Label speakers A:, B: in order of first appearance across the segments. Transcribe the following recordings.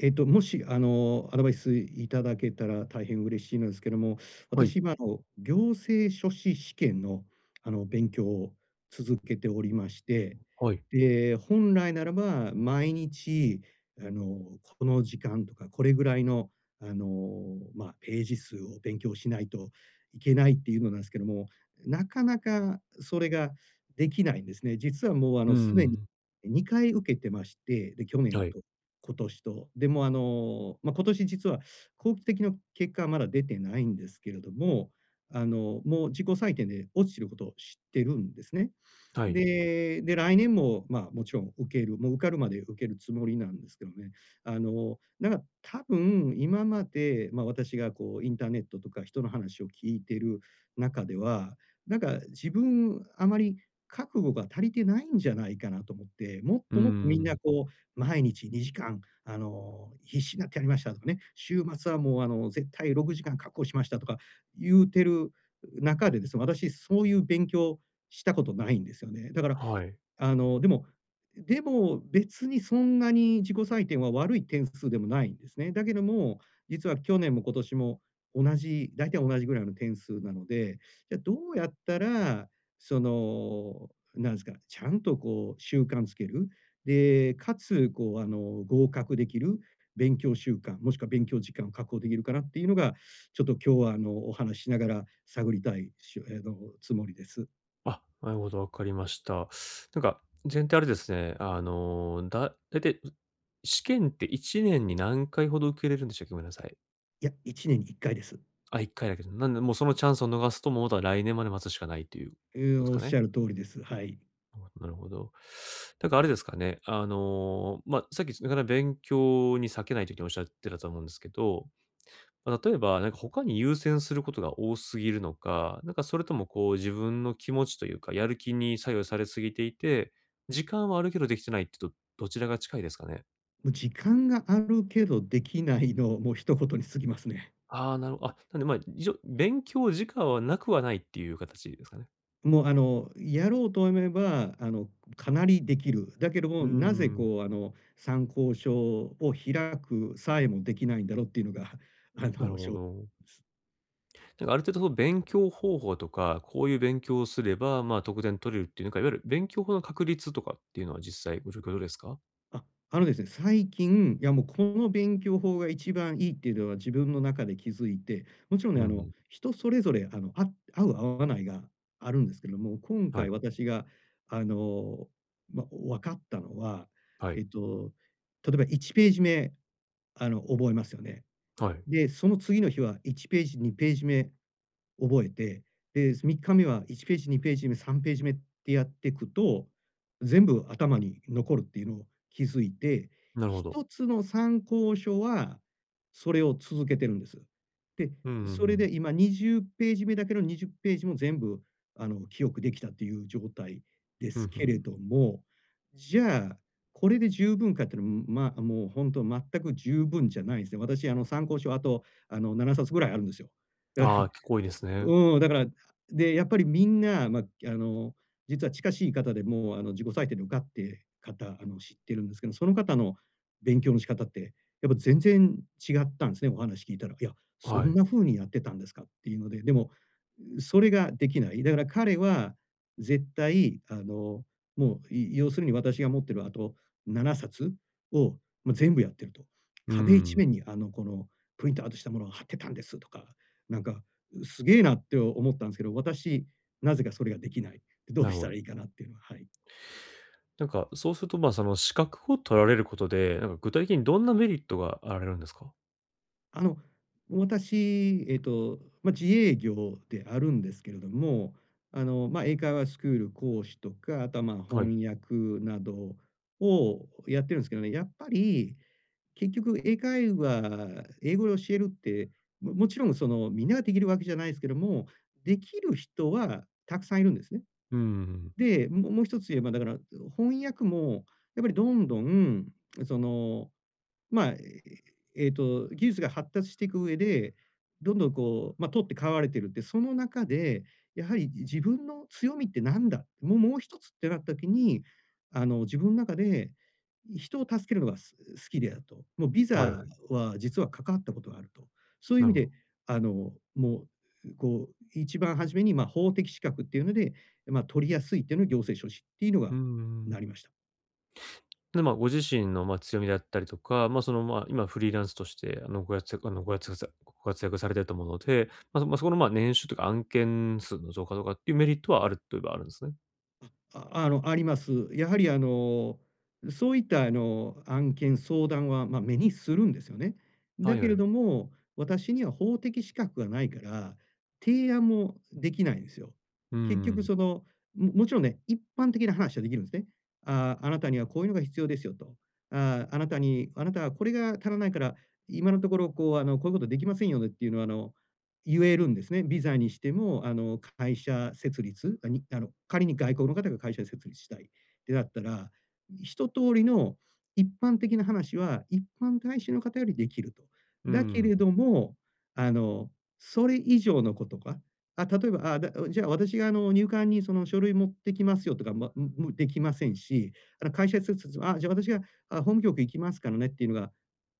A: もし、アドバイスいただけたら大変嬉しいのですけども、
B: は
A: 私、
B: い、
A: 今、行政書士試験の、勉強を続けておりまして、
B: はい。
A: で、本来ならば、毎日、この時間とか、これぐらいの、ページ数を勉強しないといけないっていうのなんですけども、なかなかそれができないんですね。実はもう、
B: うー
A: すでに
B: ん。
A: 2回受けてまして、で、去
B: は
A: 年
B: い、
A: と今年と。でも、今年実は後期的な結果はまだ出てないんですけれども、もう自己採点で落ちてることを知ってるんですね。
B: はい。
A: で、来年も、もちろん受ける、もう受かるまで受けるつもりなんですけどね。なんか多分今まで、私がこうインターネットとか人の話を聞いてる中では、なんか自分あまり覚悟が足りてないんじゃないかなと思って、もっ
B: うー
A: ともっとみんな
B: ん。
A: こう、毎日2時間、必死になってやりましたとかね、週末はもう絶対6時間確保しましたとか言うてる中でですね、私そういう勉強したことないんですよね。だから、
B: はい。
A: あの、でもでも、別にそんなに自己採点は悪い点数でもないんですね。だけども、実は去年も今年も大体同じぐらいの点数なので、じゃ、どうやったら、その、なんですか、ちゃんとこう習慣つける、で、かつ、こう、合格できる勉強習慣、もしくは勉強時間を確保できるかなっていうのが、ちょっと今日は、お話ししながら探りたいしゅあの、つもりです。
B: あ、なるほど、わかりました。なんか、全体あれですね、あの、だだいたい、う試験って1年に何回ほど受けれるんでしたっけ？ごめんなさい。
A: いや、1年に1回です。
B: あ、1回だけど、なんでもうそのチャンスを逃すと、もう、あとは来年まで待つしかないというこ
A: うー
B: とです
A: ん、おっ
B: か
A: し
B: ね。
A: ゃる通りです。はい。
B: なるほど。なんかあれですかね、ま、さっき、なかなか勉強に割けないという風におっしゃってたと思うんですけど、ま、例えば、なんか他に優先することが多すぎるのか、なんかそれともこう自分の気持ちというか、やる気に左右されすぎていて、時間はあるけどできてないってちらが近いですかね？
A: もう時間があるけどできないの、もう一言に過ぎますね。
B: ああー、なるほど、あ、なんでまあ、一応勉強時間はなくはないっていう形ですかね？
A: もうやろうと思えば、かなりできる。だけど
B: うー
A: も、なぜ
B: ん。
A: こう、参考書を開くさえもできないんだろうっていうのが、あ
B: なる
A: の、
B: ほ
A: 正
B: ど。なんかある程度その勉強方法とか、こういう勉強をすれば、まあ、得点取れるっていう、なんかいわゆる勉強法の確率とかっていうのは実際ご状況どうですか？
A: あ、あのですね、最近、いやもうこの勉強法が一番いいっていうのは自分の中で気づいて、もちろん
B: う
A: ね、
B: んうん。
A: 人それぞれ、合う合わないがあるんですけども、今
B: は
A: 回
B: い、
A: 私が、あの、分かったのは、
B: はい、
A: えっと、例えば1ページ目、覚えますよね。
B: はい。
A: で、その次の日は1ページ、2ページ目覚えて、で、3日目は1ページ、2ページ目、3ページ目ってやっていくと、全部頭に残るっていうのを気づいて、
B: なるほど。
A: 1つの参考書はそれを続けてるんです。で、
B: うんうんう
A: それ
B: ん。
A: で今20ページ目だけど20ページも全部、記憶できたっていう状態で
B: うんう
A: す
B: んう
A: けれ
B: ん。
A: ども、じゃあ、これで十分かっていうのは、もうほんと全く十分じゃないんすね。私、参考書あと、7冊ぐらいあるんですよ。だ
B: ああ、結構多いですね。
A: うん、だから、で、やっぱりみんな、実は近しい方でもう、自己採点で受かって方、知ってるんですけど、その方の勉強の仕方って、やっぱ全然違ったんですね、お話聞いたら。いや、そ
B: は
A: ん
B: い。
A: な風にやってたんですかっていうので、でも、それができない。だから彼は絶対、もう、要するに私が持ってるあと7冊を、もう全部やってると。
B: う
A: 壁一
B: ん、
A: 面に、このプリントアウトしたものを貼ってたんですとか、なんかすげえなって思ったんですけど、私、なぜかそれができない。ど
B: な
A: う
B: る
A: し
B: ほ
A: た
B: ど。
A: らいいかなっていうのは、はい。
B: なんか、そうすると、まあ、その資格を取られることで、なんか具体的にどんなメリットがあられるんですか？
A: あの、私、自営業であるんですけれども、英会話スクール講師とか、あとは、
B: はい。
A: 翻訳などをやってるんですけどね、やっぱり結局英会話英語で教えるって、もちろんそのみんなができるわけじゃないですけども、できる人はたくさんいるんですね。
B: うん。
A: で、もう一つ言えば、だから、翻訳もやっぱりどんどん、その、まあ、技術が発達していく上で、どんどんこう、取って代われてるって、その中で、やはり自分の強みってなんだ、もう一つってなった時に、自分の中で、人を助けるのが好きであると。もうビ
B: はいは
A: ザ
B: い。
A: は実は関わったことがあると。そういう意
B: な
A: 味
B: るほど。
A: で、あの、もこう、一番初めに、法的資格っていうので、取りやすいっていうので、行政書士っていうの
B: う
A: がな
B: ん。
A: りました。
B: で、まあ、ご自身の、ま、強みだったりとか、まあ、その、まあ、今フリーランスとして、あの、ご活躍、あの、ご活躍、さご活躍されてると思うので、ま、そこの、まあ、年収とか案件数の増加とかっていうメリットはあるといえばあるんですね。
A: あります。やはりそういった案件、相談は、目にするんですよね。
B: は
A: だ
B: い
A: け
B: は
A: れ
B: い。
A: ども、私には法的資格がないから、提案もできないんですよ。
B: うん
A: 結
B: う
A: 局
B: ん。
A: その、もちろんね、一般的な話はできるんですね。ああ、なたにはこういうのが必要ですよと。ああ、あなたにあなたはこれが足らないから、今のところこう、こういうことできませんよねっていうのは言えるんですね。ビザにしても、会社設立、仮に外国の方が会社設立したいってなったら、一通りの一般的な話は、一般大使の方よりできると。
B: う
A: だ
B: ん
A: け
B: う
A: れ
B: ん。
A: ども、あの、それ以上のことが、例えば、じゃあ私が入管にその書類持ってきますよとか、ま、むむできませんし、会社設立は、じゃあ私が、法務局行きますからねっていうのが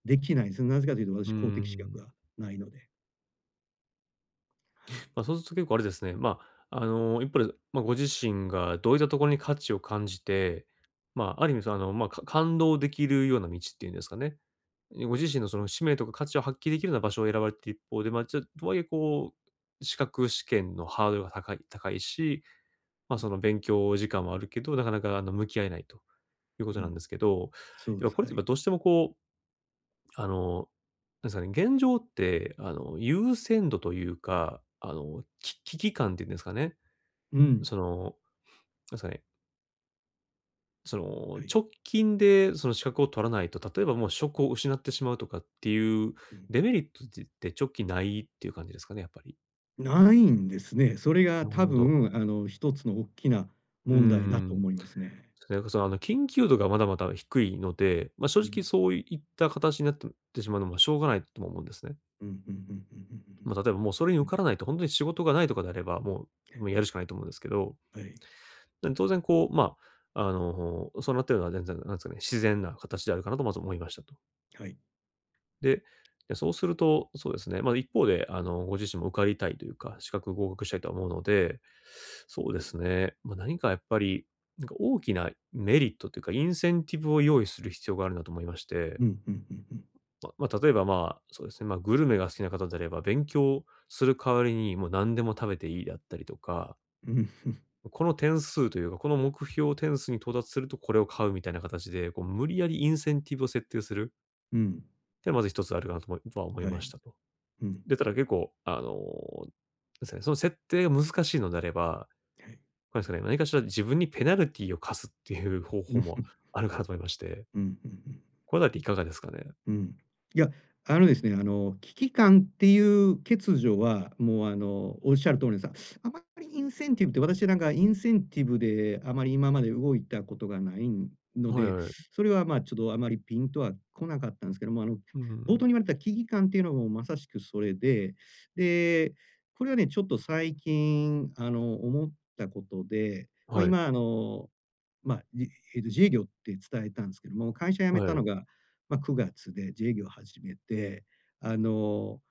A: できないです。なぜかというと
B: うん
A: 私、
B: うんう
A: 公的資格
B: ん。
A: がないので。はい。
B: まあ、そうすると結構あれですね、一方で、まあ、ご自身がどういったところに価値を感じて、まあ、ある意味その、感動できるような道っていうんですかね。ご自身のその使命とか価値を発揮できるような場所を選ばれている一方で、まあ、ちょとはいえこう、資格試験のハードルが高い高いし、まあ、
A: う
B: そ
A: ん、
B: の勉強時間はあるけど、なかなかあの向き合えないというこ
A: う
B: となん
A: ん、
B: ですけど、
A: そう
B: 要
A: で
B: は
A: す。
B: これっ
A: は
B: てや
A: い。
B: っぱどうしてもこうあの、なんですかね、現状って、あの、優先度というか、あの、危機感っていうんですかね、
A: うん、
B: その、なんですかね、その、
A: はい。
B: 直近でその資格を取らないと、例えばもう職を失ってしまうとかっていう
A: うん。
B: デメリットって直近ないっていう感じですかね、やっぱり。
A: ないんですね。それ
B: な
A: が
B: る
A: 多
B: ほど。
A: 分、一つの大きな
B: うー
A: 問題だと
B: ん。
A: 思いますね。
B: それこそ、あの、緊急度がまだまだ低いので、まあ、正
A: う
B: 直
A: ん。
B: そういった形になってってしまうのもしょうがないとも思うんですね。
A: うんうんうんうんう
B: ま
A: ん
B: あ、例えばもうそれに
A: う
B: 受
A: ん。
B: からないと、本当に仕事がないとかであれば、もうやるしかないと思うんですけど、
A: はい
B: で当然こう、まあ、あの、そうなってるのは全然、なんですかね、自然な形であるかなとまず思いましたと。
A: はい。
B: で、で、そうすると、そうですね、ま、一方で、あの、ご自身も受かりたいというか、資格合格したいとは思うので、そうですね、ま、何かやっぱり、なんか大きなメリットというか、インセンティブを用意する必要があるなと思いまして、
A: うん。
B: あ、例えば、まあ、そうですね、まあ、グルメが好きな方であれば、勉強する代わりにもう何でも食べていいだったりとか、
A: うんうんうん。うん、
B: この点数というか、この目標点数に到達するとこれを買うみたいな形で、こう無理やりインセンティブを設定する
A: うん。
B: っていうのはまず一つあるかなととは思い
A: は
B: ま
A: い。
B: したと。
A: うん、
B: で、ただ結構、あの、ですね、その設定が難しいのであれば、
A: はい。
B: これですかね、何かしら自分にペナルティを課すっていう方
A: うん、
B: 法
A: うん。
B: もあるかなと思いまして、
A: うん、うん。
B: これだっていかがですかね？
A: うん。いや、あのですね、あの、危機感っていう欠如は、もう、おっしゃる通りでさ、あまりインセンティブって私なんかインセンティブであまり今まで動いたことがないの
B: はい
A: で、
B: はい。
A: それは、ちょっとあまりピンとは来なかったんですけども、
B: う
A: 冒
B: ん。
A: 頭に言われた危機感っていうのもまさしくそれで、で、これはね、ちょっと最近、思ったことで、
B: はい。
A: 今、まあ、じ自営業って伝えたんですけども、会社辞めた
B: はい。
A: のが9月で自営業を始めて、あの、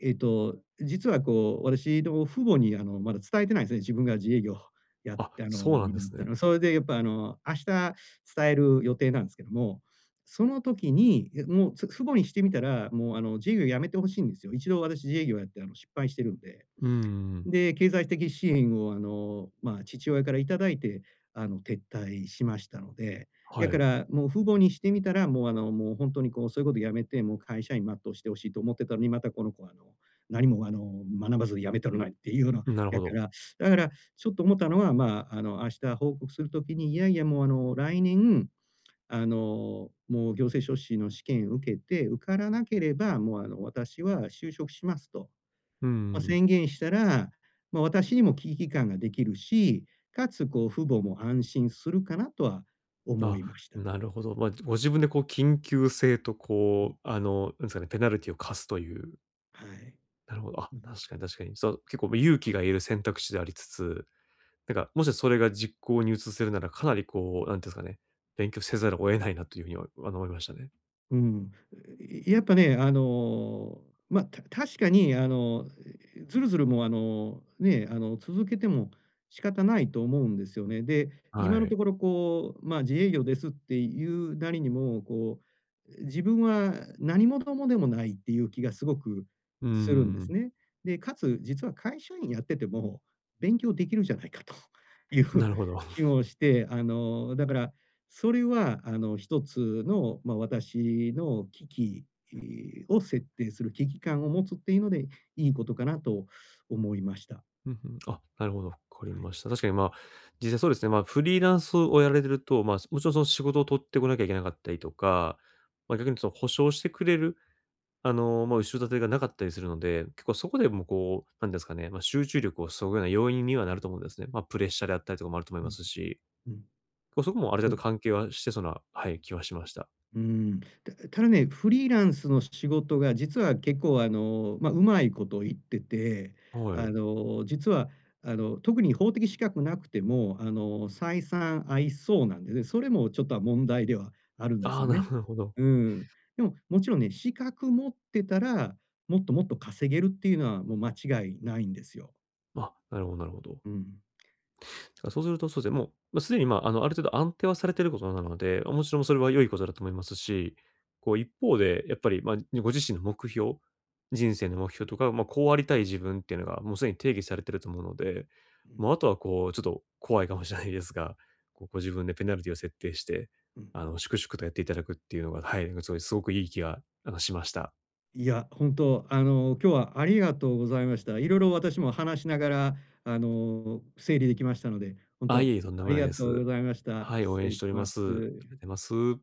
A: 実はこう、私の父母にまだ伝えてないんですね。自分が自営業やっ
B: あ、
A: てあ
B: そう
A: の、
B: なん
A: に
B: で
A: な
B: す
A: った
B: ね。
A: の。それでやっぱ明日伝える予定なんですけども、その時に、もう、父母にしてみたら、もう自営業やめてほしいんですよ。一度私自営業やって失敗してるんで。
B: うん、
A: で、経済的支援を父親からいただいて、撤退しましたので、
B: は
A: やか
B: い。
A: ら、もう父母にしてみたら、もうもうほんとにこう、そういうことやめて、もう会社員全うしてほしいと思ってたのに、またこの子は何も学ばず辞めたるないっていうような、
B: なるほ
A: やか
B: ど。
A: ら、だからちょっと思ったのは、明日報告する時に、いやいや、もう来年、もう行政書士の試験受けて、受からなければ、もう私は就職しますと。
B: うん。
A: 宣言したら、私にも危機感ができるし、かつこう父母も安心するかなとは思
B: あ、
A: いました。
B: なるほど。まあ、ご自分でこう緊急性と
A: う
B: こ
A: ん、
B: う、あの、なんですかね、ペナルティを課すという、
A: はい。
B: なるほど。あ、
A: うん。
B: 確かに確かに。そう、結構勇気がいる選択肢でありつつ、なんかもしそれが実行に移せるなら、かなりこう、なんていうんですかね、勉強せざるを得ないなというふうには、あの、思いましたね。
A: うん。いやっぱね、確かに、ずるずるもう、続けても仕方ないと思うんですよね。で、
B: は
A: 今の
B: い。
A: ところ、こう、自営業ですっていうなりにも、こう、自分は何者でもないっていう気がすごく
B: う
A: するんです
B: ん。
A: ね。で、かつ実は会社員やってても勉強できるじゃないかという
B: なるほど。
A: 気もして、だからそれは、一つの、私の危機えーを設定する、危機感を持つっていうので、いいことかなと思いました。
B: うんうん。あ、なるほど、わかり
A: はい。
B: ました。確かに、まあ、実際そうですね、まあ、フリーランスをやられてると、まあ、もちろんその仕事を取ってこなきゃいけなかったりとか、まあ、逆にその保証してくれる、あの、まあ、後ろ盾がなかったりするので、結構そこでもこう、なんですかね、まあ、集中力を削ぐような要因にはなると思うんですね。まあ、プレッシャーであったりとかもあると思い
A: う
B: ま
A: ん、
B: すし、
A: うん。
B: こうそこもある
A: そ
B: 程
A: う。
B: 度関係はしてそうな、はい、気はしました。
A: うーん。たただね、フリーランスの仕事が実は結構うまいこと言ってて、
B: は
A: あ
B: い。
A: の、実は特に法的資格なくても、採算合いそうなんでね、それもちょっとは問題ではあるんで
B: あ
A: す
B: あ、
A: よ
B: なる
A: ね。
B: ほど。なるほど。
A: うん。でも、もちろんね、資格持ってたら、もっともっと稼げるっていうのはもう間違いないんですよ。
B: まあ、なるほどなるほど。
A: うん。そう。
B: そうすると、そうですね、もう、まあ、すでに、まあ、あの、ある程度安定はされていることなので、もちろんそれは良いことだと思いますし、こう一方で、やっぱり、まあ、ご自身の目標、人生の目標とか、まあ、こうありたい自分っていうのが、もうすでに定義されてると思うので、
A: うん、
B: もうあとはこう、ちょっと怖いかもしれないですが、こうご自分でペナルティを設定して、
A: うん。
B: あの、粛々とやっていただくっていうのが、はい、すごくいい気が、あの、しました。
A: いや、本当、今日はありがとうございました。いろいろ私も話しながら、整理できましたので、本
B: あ、いえ
A: 当
B: いえ、とんで
A: あ
B: も
A: り
B: ない
A: が
B: で
A: とうご
B: す。
A: ざいました。
B: はい、応
A: 失
B: 援
A: 礼
B: して
A: し
B: おりま
A: ま
B: す。ありがとうご
A: す。
B: ざいます。